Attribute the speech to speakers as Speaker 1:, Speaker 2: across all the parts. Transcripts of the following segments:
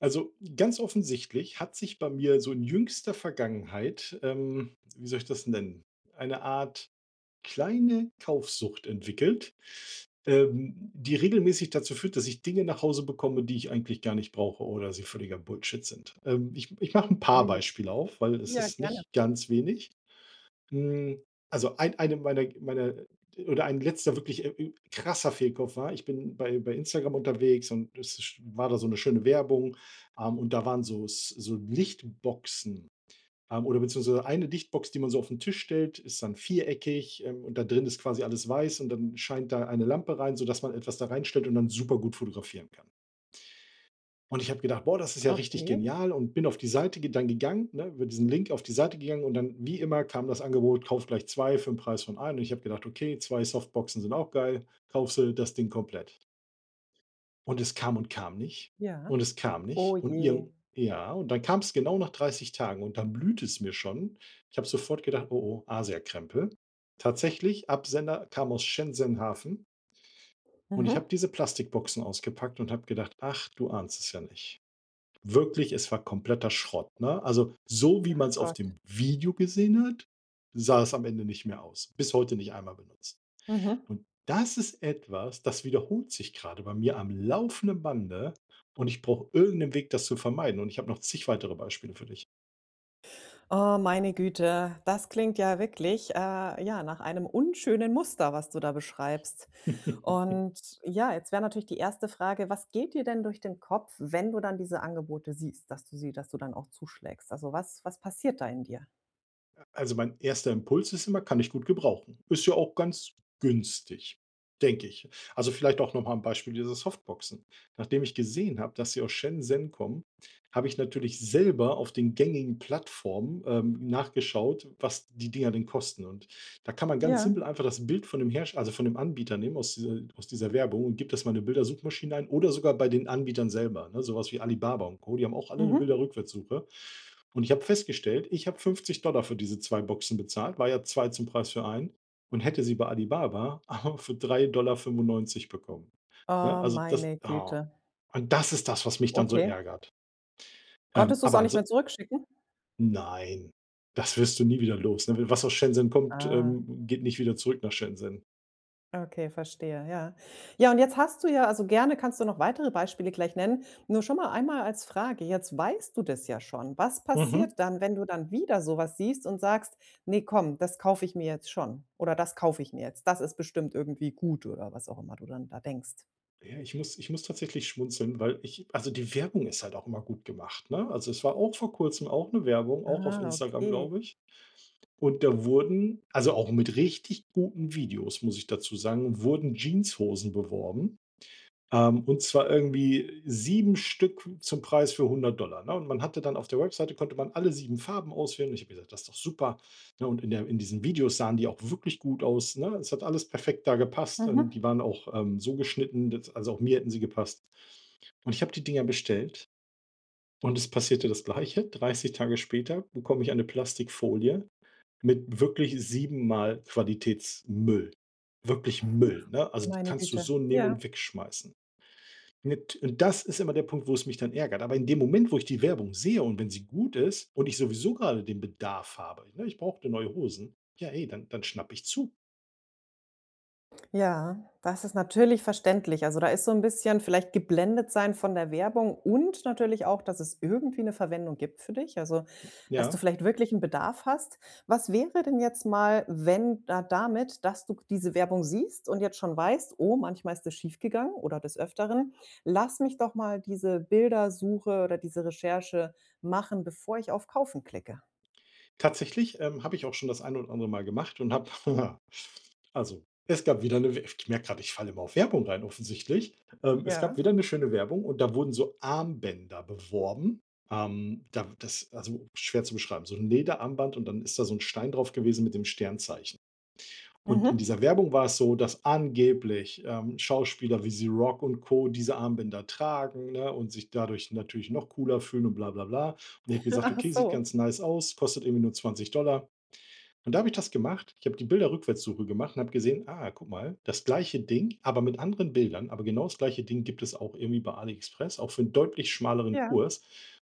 Speaker 1: Also, ganz offensichtlich hat sich bei mir so in jüngster Vergangenheit, wie soll ich das nennen, eine Art kleine Kaufsucht entwickelt, die regelmäßig dazu führt, dass ich Dinge nach Hause bekomme, die ich eigentlich gar nicht brauche oder sie völliger Bullshit sind. Ich mache ein
Speaker 2: Oh
Speaker 1: paar
Speaker 2: je.
Speaker 1: Beispiele auf, weil es
Speaker 2: Ja,
Speaker 1: ist
Speaker 2: gerne.
Speaker 1: nicht ganz wenig. Hm, also eine meiner oder ein letzter wirklich, krasser Fehlkauf war, ich bin bei Instagram unterwegs und es sch war da so eine schöne Werbung, und da waren so s so Lichtboxen, oder beziehungsweise eine Lichtbox, die man so auf den Tisch stellt, ist dann viereckig, und da drin ist quasi alles weiß und dann scheint da eine Lampe rein, sodass man etwas da reinstellt und dann super gut fotografieren kann. Und ich habe gedacht: „Boah, das ist ja richtig
Speaker 2: Okay,
Speaker 1: genial“, und bin auf die Seite ge dann gegangen, ne, über diesen Link auf die Seite gegangen und dann wie immer kam das Angebot: „Kauf gleich zwei für den Preis von einem“, und ich habe gedacht: „Okay, 2 Softboxen sind auch geil, kaufst du das Ding komplett.“ Und es kam und kam nicht
Speaker 2: ja.
Speaker 1: und es kam nicht
Speaker 2: Oh
Speaker 1: und
Speaker 2: je.
Speaker 1: irgend ja, und dann kam es genau nach 30 Tagen und dann blüht es mir schon. Ich habe sofort gedacht: „Oh, oh, oh, Krempel.“ Tatsächlich, Absender kam aus Shenzhen-Hafen, und ich habe
Speaker 2: Mhm.
Speaker 1: diese Plastikboxen ausgepackt und habe gedacht: „Ach, du ahnst es ja nicht.“ Wirklich, es war kompletter Schrott, ne? Also, so wie man
Speaker 2: Ach
Speaker 1: es auf
Speaker 2: Gott.
Speaker 1: dem Video gesehen hat, sah es am Ende nicht mehr aus. Bis heute nicht einmal benutzt.
Speaker 2: Mhm.
Speaker 1: Und das ist etwas, das wiederholt sich gerade bei mir am laufenden Bande, und ich brauche irgendeinen Weg, das zu vermeiden, und ich habe noch zig weitere Beispiele für dich.
Speaker 2: Oh, meine Güte. Das klingt ja wirklich, ja, nach einem unschönen Muster, was du da beschreibst. Und ja, jetzt wäre natürlich die erste Frage, was geht dir denn durch den Kopf, wenn du dann diese Angebote siehst, dass du dann auch zuschlägst? Also, was passiert da in dir?
Speaker 1: Also mein erster Impuls ist immer, kann ich gut gebrauchen. Ist ja auch ganz günstig, denke ich. Also vielleicht auch nochmal ein Beispiel dieser Softboxen. Nachdem ich gesehen habe, dass sie aus Shenzhen kommen, habe ich natürlich selber auf den gängigen Plattformen nachgeschaut, was die Dinger denn kosten. Und da kann man ganz
Speaker 2: Ja.
Speaker 1: simpel einfach das Bild von dem Hersteller, also von dem Anbieter nehmen aus dieser Werbung und gibt das mal in 'ne Bildersuchmaschine ein oder sogar bei den Anbietern selber, ne? Sowas wie Alibaba und Co. Die haben auch alle eine
Speaker 2: Mhm.
Speaker 1: Bilderrückwärtssuche. Und ich habe festgestellt, ich habe 50 für diese 2 Boxen bezahlt, war ja 2 zum Preis für einen, und hätte sie bei Alibaba aber für 3,95 Dollar bekommen, ne?
Speaker 2: Oh,
Speaker 1: Also das,
Speaker 2: meine Güte.
Speaker 1: und das ist das, was mich dann so
Speaker 2: Okay.
Speaker 1: ärgert.
Speaker 2: Konntest du es
Speaker 1: Aber
Speaker 2: auch nicht mehr
Speaker 1: anso
Speaker 2: zurückschicken?
Speaker 1: nein, das wirst du nie wieder los, ne? Was aus Shenzhen kommt,
Speaker 2: Ah.
Speaker 1: geht nicht wieder zurück nach Shenzhen.
Speaker 2: Okay, verstehe, ja. Ja, und jetzt hast du ja, also gerne kannst du noch weitere Beispiele gleich nennen. Nur schon mal einmal als Frage, jetzt weißt du das ja schon. Was
Speaker 1: Mhm.
Speaker 2: passiert dann, wenn du dann wieder so was siehst und sagst: „Nee, komm, das kaufe ich mir jetzt schon oder das kaufe ich mir jetzt. Das ist bestimmt irgendwie gut“, oder was auch immer du dann da denkst?
Speaker 1: Ja, ich muss tatsächlich schmunzeln, weil ich, also die Werbung ist halt auch immer gut gemacht, ne? Also, es war auch vor Kurzem auch eine Werbung, auch auf
Speaker 2: Ah,
Speaker 1: Instagram,
Speaker 2: okay.
Speaker 1: glaube ich. Und da wurden also auch mit richtig guten Videos, muss ich dazu sagen, wurden Jeanshosen beworben. Und zwar irgendwie 7 Stück zum Preis für 100, ne? Und man hatte dann, auf der Webseite konnte man alle 7 Farben auswählen. Und ich habe gesagt: „Das ist doch super.“ Ne, und in der in diesen Videos sahen die auch wirklich gut aus, ne? Es hat alles perfekt da gepasst und
Speaker 2: Mhm.
Speaker 1: die waren auch, so geschnitten, dass also auch mir hätten sie gepasst. Und ich habe die Dinger bestellt, und es passierte das Gleiche. 30 Tage später bekomme ich eine Plastikfolie mit wirklich siebenmal Qualitätsmüll. Wirklich Müll, ne? Also, die
Speaker 2: Meine
Speaker 1: kannst du
Speaker 2: Güte.
Speaker 1: so nehmen
Speaker 2: Ja.
Speaker 1: und wegschmeißen. Nat Und das ist immer der Punkt, wo es mich dann ärgert. Aber in dem Moment, wo ich die Werbung sehe und wenn sie gut ist und ich sowieso gerade den Bedarf habe, ne, ich brauchte neue Hosen, ja, ey, dann, dann schnappe ich zu.
Speaker 2: Ja, das ist natürlich verständlich. Also, da ist so ein bisschen vielleicht geblendet sein von der Werbung und natürlich auch, dass es irgendwie eine Verwendung gibt für dich, also, dass du
Speaker 1: Ja,
Speaker 2: vielleicht wirklich einen Bedarf hast. Was wäre denn jetzt mal, wenn da, damit, dass du diese Werbung siehst und jetzt schon weißt: „Oh, manchmal ist das schiefgegangen oder des Öfteren. Lass mich doch mal diese Bildersuche oder diese Recherche machen, bevor ich auf Kaufen klicke.“
Speaker 1: tatsächlich habe ich auch schon das eine oder andere Mal gemacht und habe, also es gab wieder ich merke gerade, ich falle immer auf Werbung rein, offensichtlich. Es
Speaker 2: Ja.
Speaker 1: gab wieder eine schöne Werbung und da wurden so Armbänder beworben. Also schwer zu beschreiben, so ein Lederarmband und dann ist da so ein Stein drauf gewesen mit dem Sternzeichen. Und in
Speaker 2: Mhm.
Speaker 1: dieser Werbung war es so, dass angeblich, Schauspieler wie The Rock und Co. diese Armbänder tragen, ne, und sich dadurch natürlich noch cooler fühlen und bla bla bla. Und ich habe gesagt:
Speaker 2: Ach
Speaker 1: „Okay, sieht
Speaker 2: so.
Speaker 1: ganz nice aus, kostet irgendwie nur 20 Dollar.“ Und da habe ich das gemacht. Ich habe die Bilderrückwärtssuche gemacht und habe gesehen: „Ah, guck mal, das gleiche Ding, aber mit anderen Bildern, aber genau das gleiche Ding gibt es auch irgendwie bei AliExpress, auch für einen deutlich schmaleren
Speaker 2: Ja.
Speaker 1: Kurs.“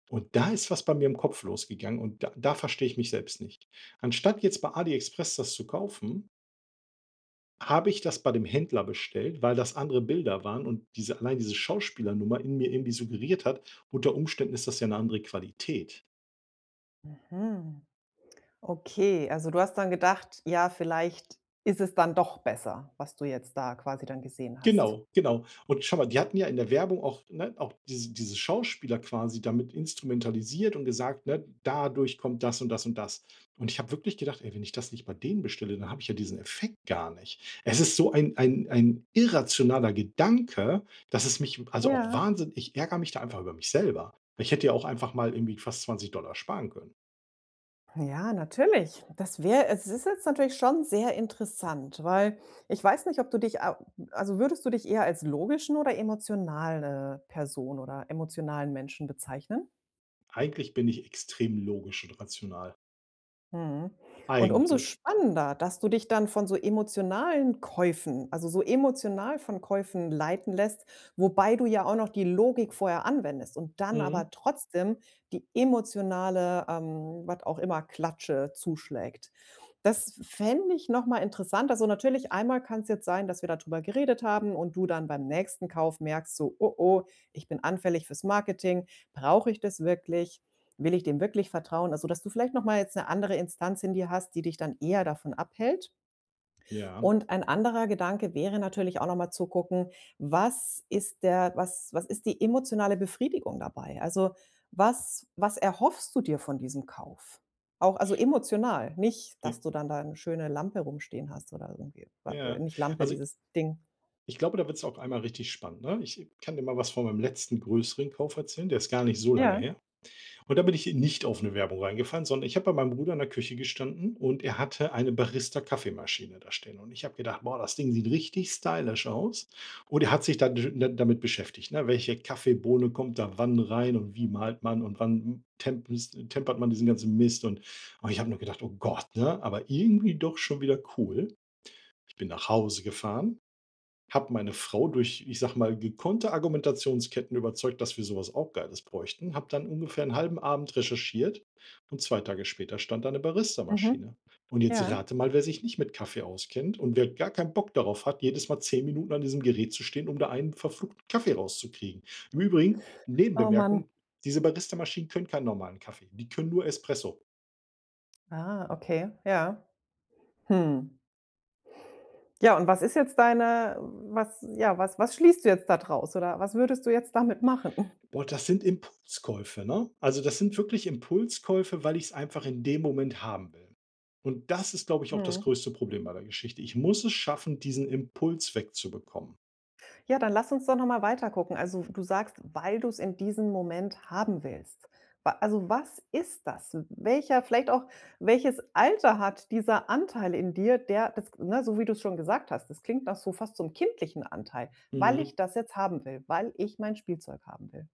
Speaker 1: Und da ist was bei mir im Kopf losgegangen und da verstehe ich mich selbst nicht. Anstatt jetzt bei AliExpress das zu kaufen, habe ich das bei dem Händler bestellt, weil das andere Bilder waren und diese, allein diese Schauspielernummer in mir irgendwie suggeriert hat, unter Umständen ist das ja eine andere Qualität.
Speaker 2: Mhm. Okay, also du hast dann gedacht: „Ja, vielleicht ist es dann doch besser“, was du jetzt da quasi dann gesehen hast?
Speaker 1: Genau, genau. Und schau mal, die hatten ja in der Werbung auch, ne, auch diese Schauspieler quasi damit instrumentalisiert und gesagt, ne, dadurch kommt das und das und das. Und ich habe wirklich gedacht: „Ey, wenn ich das nicht bei denen bestelle, dann habe ich ja diesen Effekt gar nicht.“ Es ist so ein irrationaler Gedanke, dass es mich, also auch
Speaker 2: Ja.
Speaker 1: Wahnsinn, ich ärgere mich da einfach über mich selber. Ich hätte ja auch einfach mal irgendwie fast 20 Dollar sparen können.
Speaker 2: Ja, natürlich. Das wäre, es ist jetzt natürlich schon sehr interessant, weil ich weiß nicht, ob du dich a also würdest du dich eher als logischen oder emotionale Person oder emotionalen Menschen bezeichnen?
Speaker 1: Eigentlich bin ich extrem logisch und rational.
Speaker 2: Mhm. Und umso
Speaker 1: Eigentlich.
Speaker 2: spannender, dass du dich dann von so emotionalen Käufen, also so emotional von Käufen leiten lässt, wobei du ja auch noch die Logik vorher anwendest und dann aber
Speaker 1: Mhm.
Speaker 2: trotzdem die emotionale, was auch immer, Klatsche zuschlägt. Das fände ich noch mal interessant. Also, natürlich einmal kann es jetzt sein, dass wir da drüber geredet haben und du dann beim nächsten Kauf merkst, so: „Oh, oh, ich bin anfällig fürs Marketing. Brauche ich das wirklich? Will ich dem wirklich vertrauen?“ Also, dass du vielleicht noch mal jetzt eine andere Instanz in dir hast, die dich dann eher davon abhält?
Speaker 1: Ja,
Speaker 2: Und ein anderer Gedanke wäre natürlich auch noch mal zu gucken, was ist die emotionale Befriedigung dabei? Also, was erhoffst du dir von diesem Kauf? Auch also emotional, nicht,
Speaker 1: j
Speaker 2: dass du dann da eine schöne Lampe rumstehen hast oder irgendwie,
Speaker 1: ja.
Speaker 2: nicht Lampe,
Speaker 1: Also
Speaker 2: dieses Ding.
Speaker 1: ich glaube, da wird es auch einmal richtig spannend, ne? Ich kann dir mal was von meinem letzten größeren Kauf erzählen, der ist gar nicht so lange
Speaker 2: Ja,
Speaker 1: her. Und da bin ich nicht auf eine Werbung reingefallen, sondern ich habe bei meinem Bruder in der Küche gestanden und er hatte eine Barista-Kaffeemaschine da stehen. Und ich habe gedacht: „Boah, das Ding sieht richtig stylisch aus.“ Und er hat sich da damit beschäftigt, ne? Welche Kaffeebohne kommt da wann rein und wie malt man und wann tempert man diesen ganzen Mist, und ich habe nur gedacht: „Oh Gott“, ne? Aber irgendwie doch schon wieder cool. Ich bin nach Hause gefahren, habe meine Frau durch, ich sage mal, gekonnte Argumentationsketten überzeugt, dass wir sowas, was auch Geiles, bräuchten. Habe dann ungefähr einen halben Abend recherchiert, und 2 Tage später stand da Barista
Speaker 2: mhm,
Speaker 1: Maschine. Und jetzt
Speaker 2: ja.
Speaker 1: rate mal, wer sich nicht mit Kaffee auskennt und wer gar keinen Bock darauf hat, jedes Mal 10 Minuten an diesem Gerät zu stehen, um da einen verfluchten Kaffee rauszukriegen. Im Übrigen,
Speaker 2: Oh Mann.
Speaker 1: Nebenbemerkung, diese Barista Maschinen können keinen normalen Kaffee, die können nur Espresso.
Speaker 2: Ah, okay, ja. Hm. Ja, und was ist jetzt deine was ja, was was schließt du jetzt da draus oder was würdest du jetzt damit machen?
Speaker 1: Boah, das sind Impulskäufe, ne? Also, das sind wirklich Impulskäufe, weil ich es einfach in dem Moment haben will. Und das ist, glaube ich, auch das
Speaker 2: Mhm.
Speaker 1: größte Problem bei der Geschichte. Ich muss es schaffen, diesen Impuls wegzubekommen.
Speaker 2: Ja, dann lass uns doch noch mal gucken. Also, du sagst, weil du es in diesem Moment haben willst. Wa Also, was ist das? Welcher vielleicht auch welches Alter hat dieser Anteil in dir, der das, ne, so wie du es schon gesagt hast, das klingt nach so fast zum kindlichen Anteil: „Weil
Speaker 1: Mhm.
Speaker 2: ich das jetzt haben will, weil ich mein Spielzeug haben will.“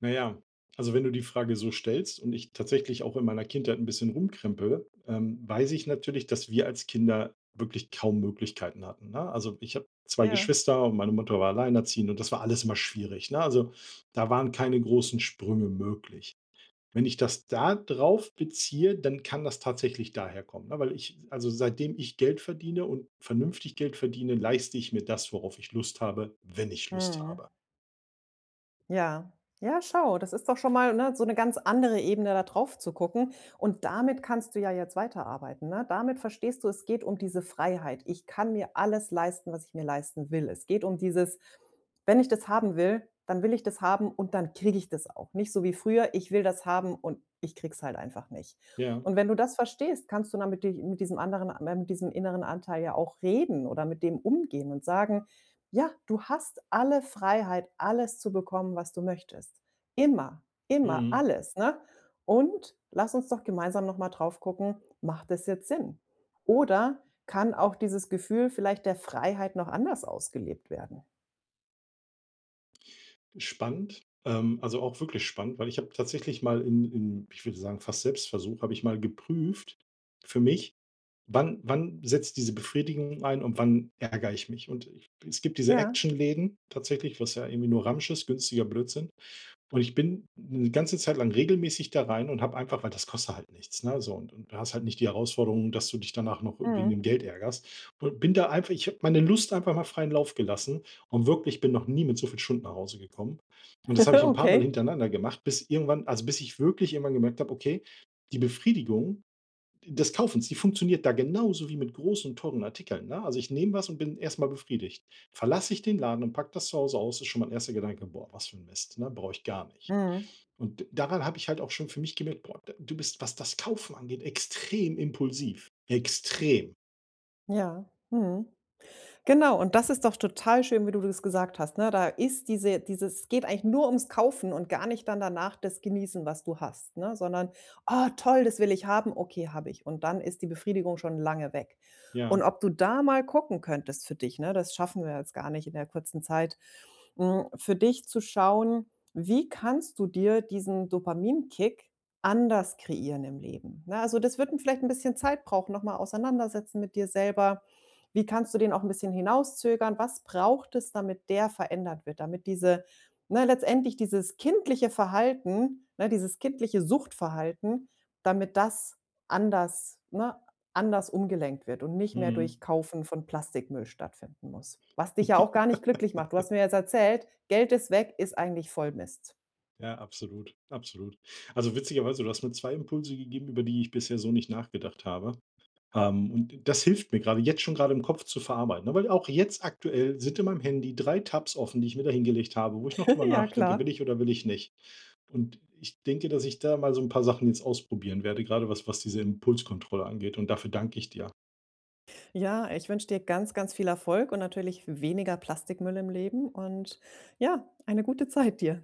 Speaker 1: Na ja, also, wenn du die Frage so stellst und ich tatsächlich auch in meiner Kindheit ein bisschen rumkrempele, weiß ich natürlich, dass wir als Kinder wirklich kaum Möglichkeiten hatten, ne? Also, ich habe zwei
Speaker 2: Ja.
Speaker 1: Geschwister und meine Mutter war alleinerziehend und das war alles immer schwierig, ne? Also, da waren keine großen Sprünge möglich. Wenn ich das da drauf beziehe, dann kann das tatsächlich daherkommen, ne? Weil ich, also seitdem ich Geld verdiene und vernünftig Geld verdiene, leiste ich mir das, worauf ich Lust habe, wenn ich Lust
Speaker 2: Mhm.
Speaker 1: habe.
Speaker 2: Ja. Ja, schau, das ist doch schon mal, ne, so eine ganz andere Ebene, da drauf zu gucken. Und damit kannst du ja jetzt weiterarbeiten, ne? Damit verstehst du, es geht um diese Freiheit. Ich kann mir alles leisten, was ich mir leisten will. Es geht um dieses: Wenn ich das haben will, dann will ich das haben und dann kriege ich das auch. Nicht so wie früher, ich will das haben und ich krieg's halt einfach nicht.
Speaker 1: Ja,
Speaker 2: Und wenn du das verstehst, kannst du dann mit di mit diesem anderen mit diesem inneren Anteil ja auch reden oder mit dem umgehen und sagen: „Ja, du hast alle Freiheit, alles zu bekommen, was du möchtest. Immer, immer,
Speaker 1: mhm.
Speaker 2: alles, ne? Und lass uns doch gemeinsam noch mal drauf gucken, macht das jetzt Sinn? Oder kann auch dieses Gefühl vielleicht der Freiheit noch anders ausgelebt werden?“
Speaker 1: Spannend, also auch wirklich spannend, weil ich habe tatsächlich mal in ich würde sagen, fast Selbstversuch habe ich mal geprüft für mich, wann setzt diese Befriedigung ein und wann ärgere ich mich? Und ich, es gibt diese
Speaker 2: Ja,
Speaker 1: Actionläden tatsächlich, was ja irgendwie nur Ramsch ist, günstiger Blödsinn. Und ich bin eine ganze Zeit lang regelmäßig da rein und habe einfach, weil das kostet halt nichts, ne, so, und du hast halt nicht die Herausforderung, dass du dich danach noch wegen
Speaker 2: mhm.
Speaker 1: dem Geld ärgerst. Und bin da einfach, ich habe meine Lust einfach mal freien Lauf gelassen, und wirklich bin noch nie mit so viel Stunden nach Hause gekommen. Und das habe ich ein paar Mal
Speaker 2: Okay.
Speaker 1: hintereinander gemacht, bis irgendwann, also, bis ich wirklich irgendwann gemerkt habe, okay, die Befriedigung des Kaufens, die funktioniert da genauso wie mit großen und teuren Artikeln, ne? Also, ich nehme was und bin erst mal befriedigt. Verlasse ich den Laden und packe das zu Hause aus, ist schon mein erster Gedanke: „Boah, was für ein Mist, ne? Brauche ich gar nicht.“
Speaker 2: Mhm.
Speaker 1: Und daran habe ich halt auch schon für mich gemerkt: „Boah, du bist, was das Kaufen angeht, extrem impulsiv.“ Extrem.
Speaker 2: Ja, mhm. Genau, und das ist doch total schön, wie du das gesagt hast, ne? Da ist diese dieses es geht eigentlich nur ums Kaufen und gar nicht dann danach das Genießen, was du hast, ne? Sondern: „Oh, toll, das will ich haben. Okay, habe ich.“ Und dann ist die Befriedigung schon lange weg. Und
Speaker 1: Ja.
Speaker 2: ob du da mal gucken könntest für dich, ne, das schaffen wir jetzt gar nicht in der kurzen Zeit, für dich zu schauen, wie kannst du dir diesen Dopaminkick anders kreieren im Leben, ne? Also, das wird 'n vielleicht ein bisschen Zeit brauchen, noch mal auseinandersetzen mit dir selber. Wie kannst du den auch ein bisschen hinauszögern? Was braucht es, damit der verändert wird, damit diese ne, letztendlich dieses kindliche Verhalten, ne, dieses kindliche Suchtverhalten, damit das anders, ne, anders umgelenkt wird und nicht mehr
Speaker 1: Mhm.
Speaker 2: durch Kaufen von Plastikmüll stattfinden muss, was dich ja auch gar nicht glücklich macht. Du hast mir jetzt erzählt, Geld ist weg, ist eigentlich Vollmist.
Speaker 1: Ja, absolut, absolut. Also, witzigerweise, du hast mir 2 Impulse gegeben, über die ich bisher so nicht nachgedacht habe. Und das hilft mir gerade jetzt schon, gerade im Kopf zu verarbeiten, ne? Weil auch jetzt aktuell sind in meinem Handy 3 Tabs offen, die ich mir da hingelegt habe, wo ich noch drüber
Speaker 2: Ja,
Speaker 1: nachdenke:
Speaker 2: klar.
Speaker 1: „Will ich oder will ich nicht?“ Und ich denke, dass ich da mal so ein paar Sachen jetzt ausprobieren werde, gerade was was diese Impulskontrolle angeht, und dafür danke ich dir.
Speaker 2: Ja, ich wünsche dir ganz, ganz viel Erfolg und natürlich weniger Plastikmüll im Leben und ja, eine gute Zeit dir.